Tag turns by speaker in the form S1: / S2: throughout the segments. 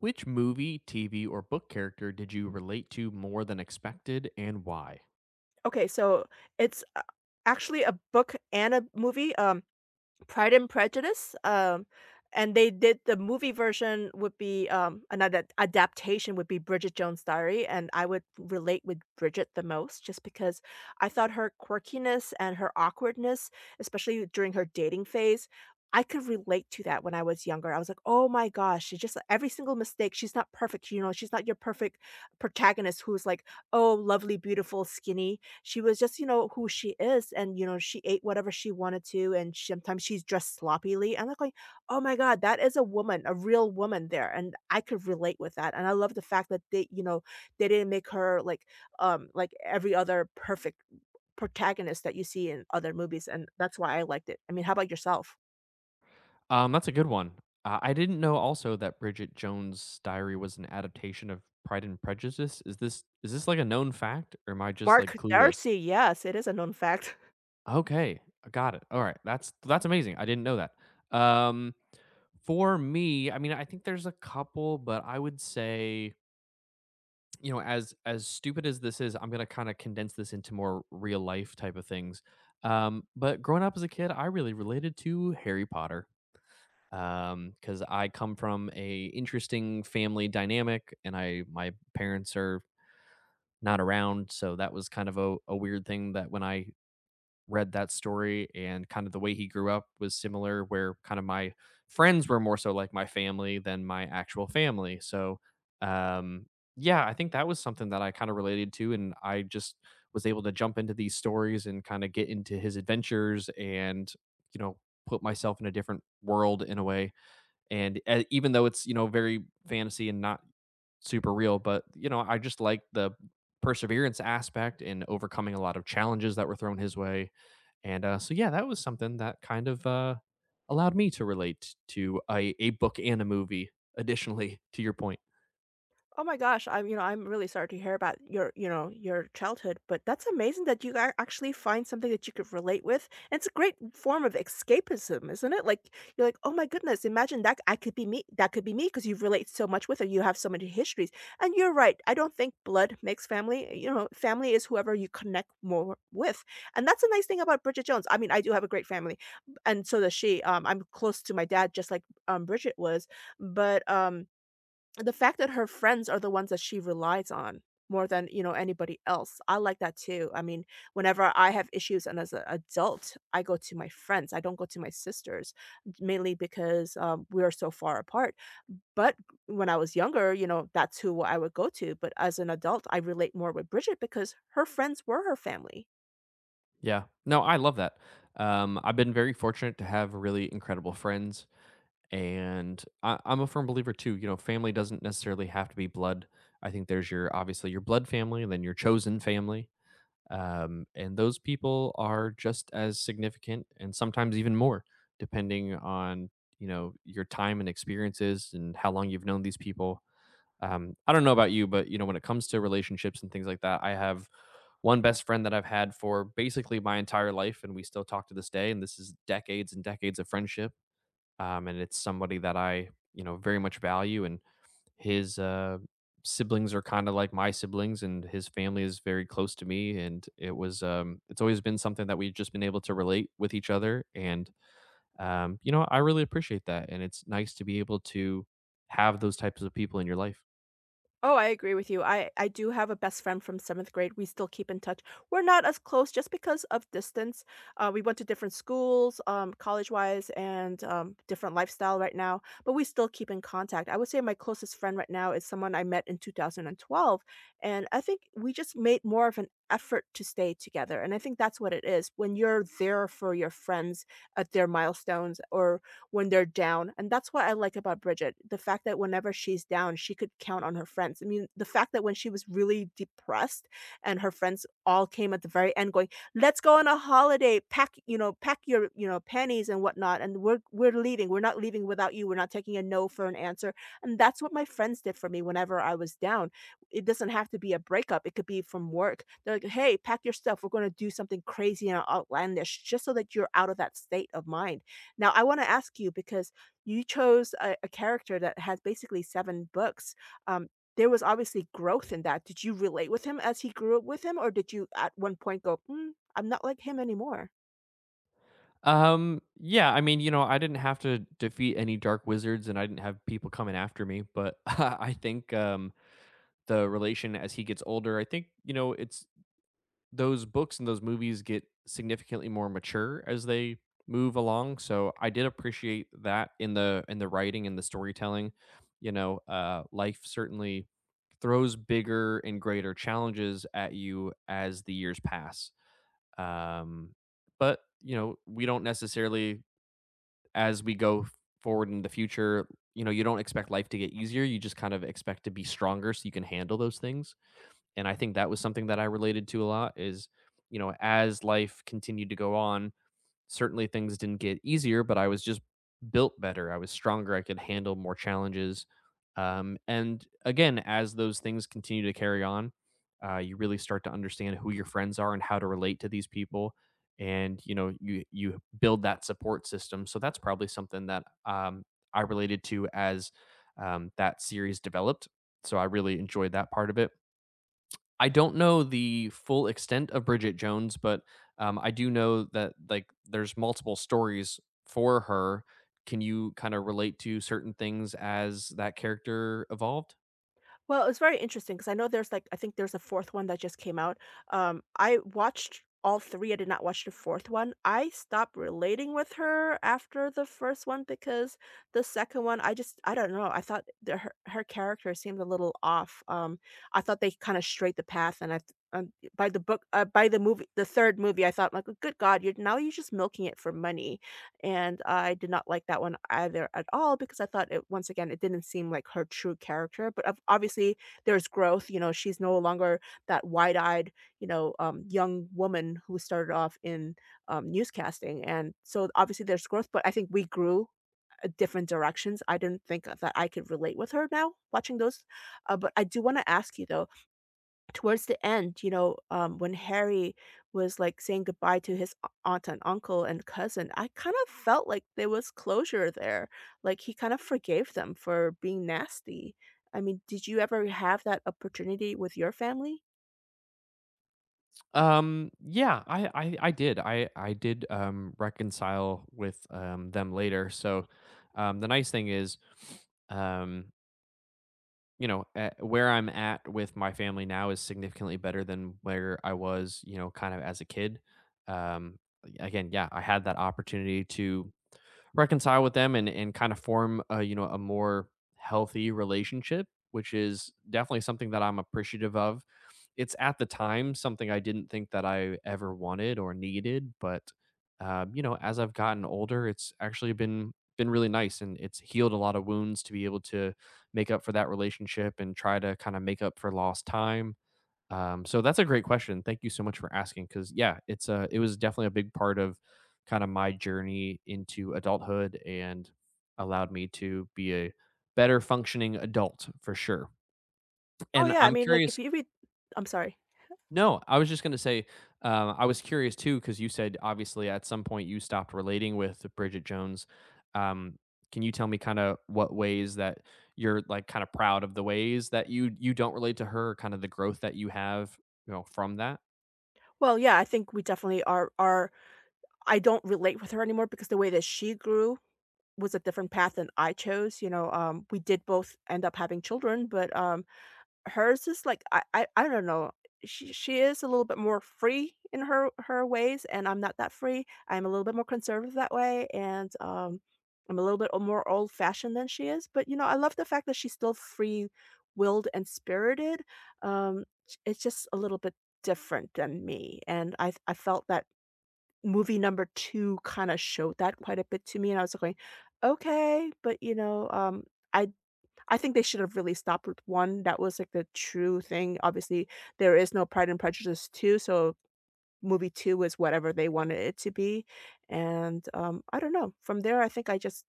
S1: Which movie, TV, or book character did you relate to more than expected and why?
S2: Okay, so it's a actually a book and a movie, Pride and Prejudice, and they did the movie version would be, another adaptation would be Bridget Jones's Diary, and I would relate with Bridget the most just because I thought her quirkiness and her awkwardness, especially during her dating phase, I could relate to that when I was younger. I was like, "Oh my gosh, she just every single mistake, she's not perfect, you know, she's not your perfect protagonist who's like oh lovely, beautiful, skinny.' She was just, you know, who she is and, you know, she ate whatever she wanted to and she, sometimes she's dressed sloppily. And I'm like going, "Oh my god, that is a woman, a real woman there." And I could relate with that. And I love the fact that they, you know, they didn't make her like like every other perfect protagonist that you see in other movies and that's why I liked it. I mean, how about yourself?
S1: That's a good one. I didn't know also that Bridget Jones' Diary was an adaptation of Pride and Prejudice. Is this like a known fact, or am I just
S2: Mark
S1: like clueless?
S2: Darcy, yes, it is a known fact.
S1: Okay, I got it. All right. That's amazing. I didn't know that. Um for me, I mean, I think there's a couple, but I would say, you know, as stupid as this is, I'm gonna kind of condense this into more real life type of things. But growing up as a kid, I really related to Harry Potter because I come from a interesting family dynamic and I my parents are not around, so that was kind of a weird thing that when I read that story and kind of the way he grew up was similar, where kind of my friends were more so like my family than my actual family. So um yeah, I think that was something that I kind of related to, and I just was able to jump into these stories and kind of get into his adventures and, you know, put myself in a different world in a way. And even though it's, you know, very fantasy and not super real, but you know, I just like the perseverance aspect in overcoming a lot of challenges that were thrown his way. And yeah, that was something that kind of allowed me to relate to a book and a movie. Additionally, to your point,
S2: Oh my gosh, I'm, you know, I'm really sorry to hear about your, you know, your childhood, but that's amazing that you actually find something that you could relate with. And it's a great form of escapism, isn't it? Like you're like, "Oh my goodness, imagine that I could be me. That could be me because you relate so much with it. You have so many histories." And you're right. I don't think blood makes family. You know, family is whoever you connect more with. And that's a nice thing about Bridget Jones. I mean, I do have a great family, and so does she. I'm close to my dad just like Bridget was, but the fact that her friends are the ones that she relies on more than, you know, anybody else, I like that too. I mean, whenever I have issues and as an adult, I go to my friends. I don't go to my sisters, mainly because we are so far apart. But when I was younger, you know, that's who I would go to. But as an adult, I relate more with Bridget because her friends were her family.
S1: yeah, no, I love that. I've been very fortunate to have really incredible friends, and I'm a firm believer too. You know, family doesn't necessarily have to be blood. I think there's your obviously your blood family, and then your chosen family. And those people are just as significant and sometimes even more, depending on, you know, your time and experiences and how long you've known these people. I don't know about you, but, you know, when it comes to relationships and things like that, I have one best friend that I've had for basically my entire life, and we still talk to this day. And this is decades and decades of friendship. And it's somebody that you know, very much value, and his siblings are kind of like my siblings, and his family is very close to me. And it was, it's always been something that we've just been able to relate with each other. And, you know, I really appreciate that. And it's nice to be able to have those types of people in your life.
S2: Oh, I agree with you. I do have a best friend from 7th grade. We still keep in touch. We're not as close just because of distance. We went to different schools, college-wise and, different lifestyle right now, but we still keep in contact. I would say my closest friend right now is someone I met in 2012, and I think we just made more of an effort to stay together, and I think that's what it is. When you're there for your friends at their milestones or when they're down, and that's what I like about Bridget, the fact that whenever she's down, she could count on her friends. I mean, the fact that when she was really depressed and her friends all came at the very end going, "Let's go on a holiday, pack, you know, pack your, you know, panties and whatnot, and we're leaving. We're not leaving without you. We're not taking a no for an answer." And that's what my friends did for me whenever I was down. It doesn't have to be a breakup, it could be from work. They're like, "Hey, pack your stuff. We're gonna do something crazy and outlandish just so that you're out of that state of mind." Now, I wanna ask you because you chose a character that has basically 7 books, um, there was obviously growth in that. Did you relate with him as he grew up with him, or did you at one point go, "Mm, I'm not like him anymore?"
S1: Yeah, I mean, you know, I didn't have to defeat any dark wizards and I didn't have people coming after me, but I think, the relation as he gets older, I think, you know, it's those books and those movies get significantly more mature as they move along. So I did appreciate that in the writing and the storytelling. You know, life certainly throws bigger and greater challenges at you as the years pass. Um, but you know, we don't necessarily as we go forward in the future. You know, you don't expect life to get easier. You just kind of expect to be stronger so you can handle those things. And I think that was something that I related to a lot is, you know, as life continued to go on, certainly things didn't get easier, but I was just built better. I was stronger. I could handle more challenges. And again, as those things continue to carry on, you really start to understand who your friends are and how to relate to these people. And you know, you build that support system. So that's probably something that I related to as that series developed. So I really enjoyed that part of it. I don't know the full extent of Bridget Jones, but, I do know that, like, there's multiple stories for her. Can you kinda relate to certain things as that character evolved?
S2: Well, it's very interesting because I know there's like I think there's a fourth one that just came out. I watched all three. I did not watch the fourth one. I stopped relating with her after the first one because the second one, I just I don't know. I thought the, her character seemed a little off. I thought they kind of straight the path, and by the book by the movie the third movie, I thought like, good God, you're now you're just milking it for money and I did not like that one either at all because I thought it once again, it didn't seem like her true character, but of obviously there's growth, you know, she's no longer that wide-eyed, you know, young woman who started off in, newscasting, and so obviously there's growth, but I think we grew, different directions. I didn't think that I could relate with her now watching those, but I do wanna ask you though, towards the end, you know, when Harry was like saying goodbye to his aunt and uncle and cousin, I kind of felt like there was closure there. Like he kind of forgave them for being nasty. I mean, did you ever have that opportunity with your family?
S1: Yeah, I did, reconcile with, them later. So, the nice thing is, um you know, at where I'm at with my family now is significantly better than where I was, you know, kind of as a kid. Um, Again, yeah, I had that opportunity to reconcile with them and kind of form a, you know, a more healthy relationship, which is definitely something that I'm appreciative of. It's at the time something I didn't think that I ever wanted or needed, but you know, as I've gotten older, it's actually been really nice, and it's healed a lot of wounds to be able to make up for that relationship and try to kind of make up for lost time. So that's a great question. Thank you so much for asking. Cause yeah, it's a, it was definitely a big part of kind of my journey into adulthood and allowed me to be a better functioning adult for sure.
S2: Oh
S1: And
S2: yeah, I
S1: I'm
S2: mean, like if
S1: curious.
S2: you read, I'm sorry.
S1: No, I was just going to say, I was curious too, cause you said obviously at some point you stopped relating with Bridget Jones. Um, can you tell me kind of what ways that you're like kind of proud of the ways that you don't relate to her, kind of the growth that you have, you know, from that?
S2: Well, yeah, I think we definitely are. Are I don't relate with her anymore because the way that she grew was a different path than I chose. You know, we did both end up having children, but hers is like I don't know. She is a little bit more free in her ways, and I'm not that free. I'm a little bit more conservative that way, and, I'm a little bit o more old-fashioned than she is, but, you know, I love the fact that she's still free-willed and spirited. J it's just a little bit different than me, and I felt that movie number 2 kinda showed that quite a bit to me, and I was like going, "Okay," but, you know, I I think they should have really stopped with 1 that was, like, the true thing. Obviously, there is no Pride and Prejudice 2, so movie 2 is whatever they wanted it to be, and, I don't know. From there, I think I just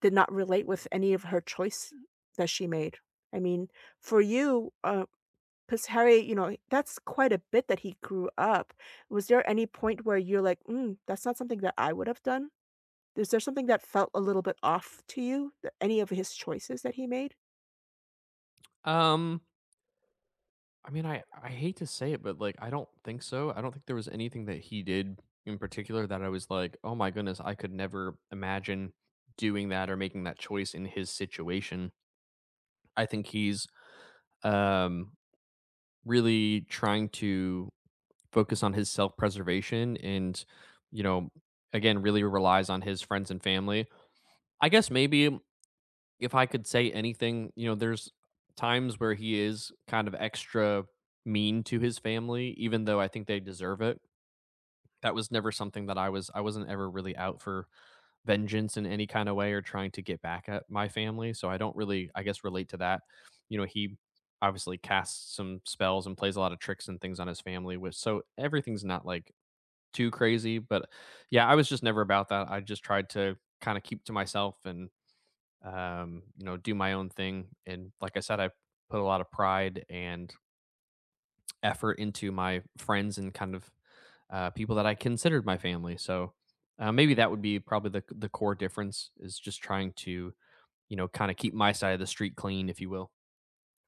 S2: did not relate with any of her choice that she made. I mean, for you, because Harry, you know, that's quite a bit that he grew up. Was there any point where you're like, "Mm, that's not something that I would have done?" Is there something that felt a little bit off to you, th any of his choices that he made?
S1: Um, I mean, I hate to say it, but, like, I don't think so. I don't think there was anything that he did in particular that I was like, "Oh my goodness, I could never imagine doing that or making that choice in his situation." I think he's, um, really trying to focus on his self-preservation and, you know, again, really relies on his friends and family. I guess maybe, if I could say anything, you know, there's times where he is kind of extra mean to his family, even though I think they deserve it. That was never something that I wasn't ever really out for vengeance in any kind of way, or trying to get back at my family. So I don't really, I guess, relate to that. You know, he obviously casts some spells and plays a lot of tricks and things on his family, which so everything's not like too crazy. But yeah, I was just never about that. I just tried to kind of keep to myself and you know, do my own thing. And like I said, I put a lot of pride and effort into my friends, and kind of people that I considered my family. So maybe that would be probably the core difference is just trying to, you know, kind of keep my side of the street clean, if you will.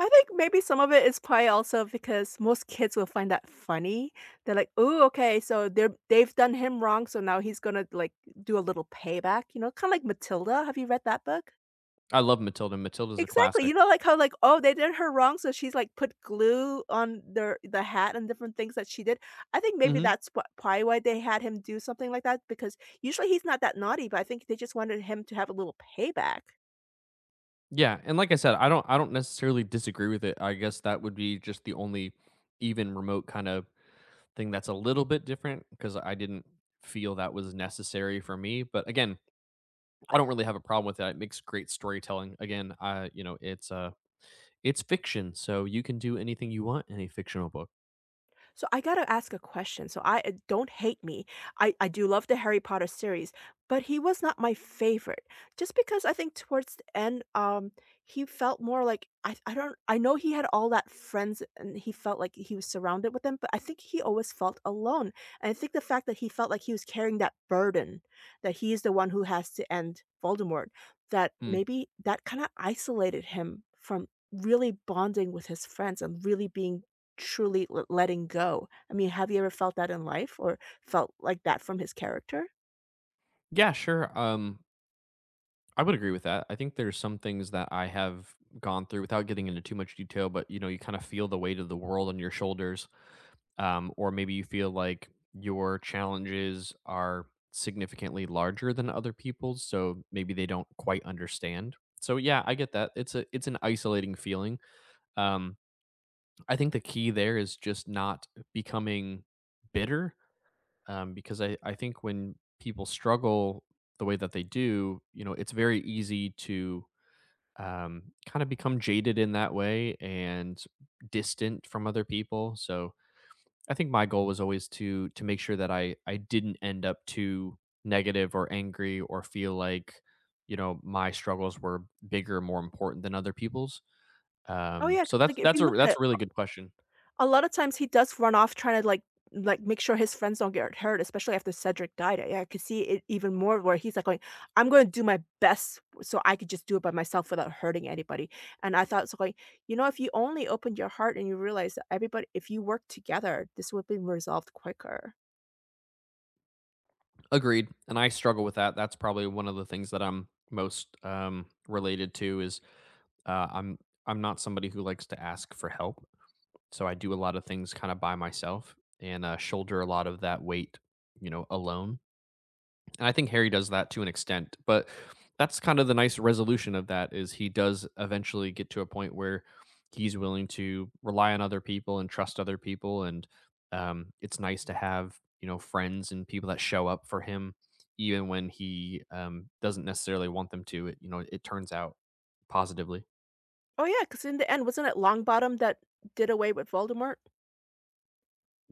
S2: I think maybe some of it is probably also because most kids will find that funny. They're like, "Oh, okay, so they're they've done him wrong, so now he's gonna, like, do a little payback," you know, kinda like Matilda, have you read that book?
S1: I love Matilda. Matilda's a
S2: Exactly,
S1: classic.
S2: you know, like, how, like, "Oh, they did her wrong, so she's, like, put glue on their the hat and different things that she did." I think maybe
S1: hmm
S2: that's wh probably why they had him do something like that because usually he's not that naughty, but I think they just wanted him to have a little payback.
S1: Yeah, and like I said, I don't necessarily disagree with it. I guess that would be just the only even remote kind of thing that's a little bit different, because I didn't feel that was necessary for me. But again, I don't really have a problem with that. It makes great storytelling. Again, I, you know, it's fiction, so you can do anything you want in a fictional book.
S2: So I gotta ask a question. So I don't hate me. I do love the Harry Potter series, but he was not my favorite. Just because I think towards the end, he felt more like I don't I know he had all that friends and he felt like he was surrounded with them, but I think he always felt alone. And I think the fact that he felt like he was carrying that burden, that he is the one who has to end Voldemort, that
S1: Hmm.
S2: maybe that kind of isolated him from really bonding with his friends and really being truly l letting go. I mean, have you ever felt that in life or felt like that from his character?
S1: Yeah, sure. I would agree with that. I think there's some things that I have gone through without getting into too much detail, but you know, you kind of feel the weight of the world on your shoulders. Or maybe you feel like your challenges are significantly larger than other people's, so maybe they don't quite understand. So yeah, I get that. It's an isolating feeling. Um, I think the key there is just not becoming bitter, because I think when people struggle the way that they do, you know, it's very easy to kind of become jaded in that way and distant from other people. So I think my goal was always to make sure that I didn't end up too negative or angry, or feel like, you know, my struggles were bigger, more important than other people's.
S2: Oh, yeah,
S1: So
S2: 'cause,
S1: that's
S2: like, if
S1: that's
S2: you
S1: a
S2: look
S1: that's
S2: at
S1: a really good question.
S2: a lot of times he does run off trying to like make sure his friends don't get hurt, especially after Cedric died. I could see it even more where he's like going, I'm gonna do my best so I could just do it by myself without hurting anybody. And I thought so going, you know, if you only opened your heart and you realize that everybody if you work together, this would be resolved quicker.
S1: Agreed. And I struggle with that. That's probably one of the things that I'm most related to is I'm not somebody who likes to ask for help. So I do a lot of things kind of by myself, and shoulder a lot of that weight, you know, alone. And I think Harry does that to an extent, but that's kind of the nice resolution of that, is he does eventually get to a point where he's willing to rely on other people and trust other people. And it's nice to have, you know, friends and people that show up for him, even when he doesn't necessarily want them to. It, you know, it turns out positively.
S2: Oh yeah, because in the end, wasn't it Longbottom that did away with Voldemort?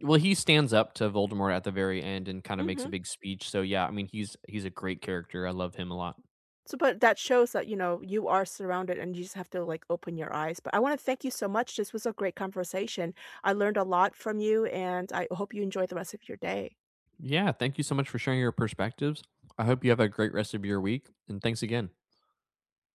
S1: Well, he stands up to Voldemort at the very end and kind of makes
S2: Hmm.
S1: a big speech. So yeah, I mean, he's a great character. I love him a lot.
S2: So, but that shows that, you know, you are surrounded and you just have to like open your eyes. But I want to thank you so much. This was a great conversation. I learned a lot from you and I hope you enjoy the rest of your day.
S1: Yeah, thank you so much for sharing your perspectives. I hope you have a great rest of your week, and thanks again.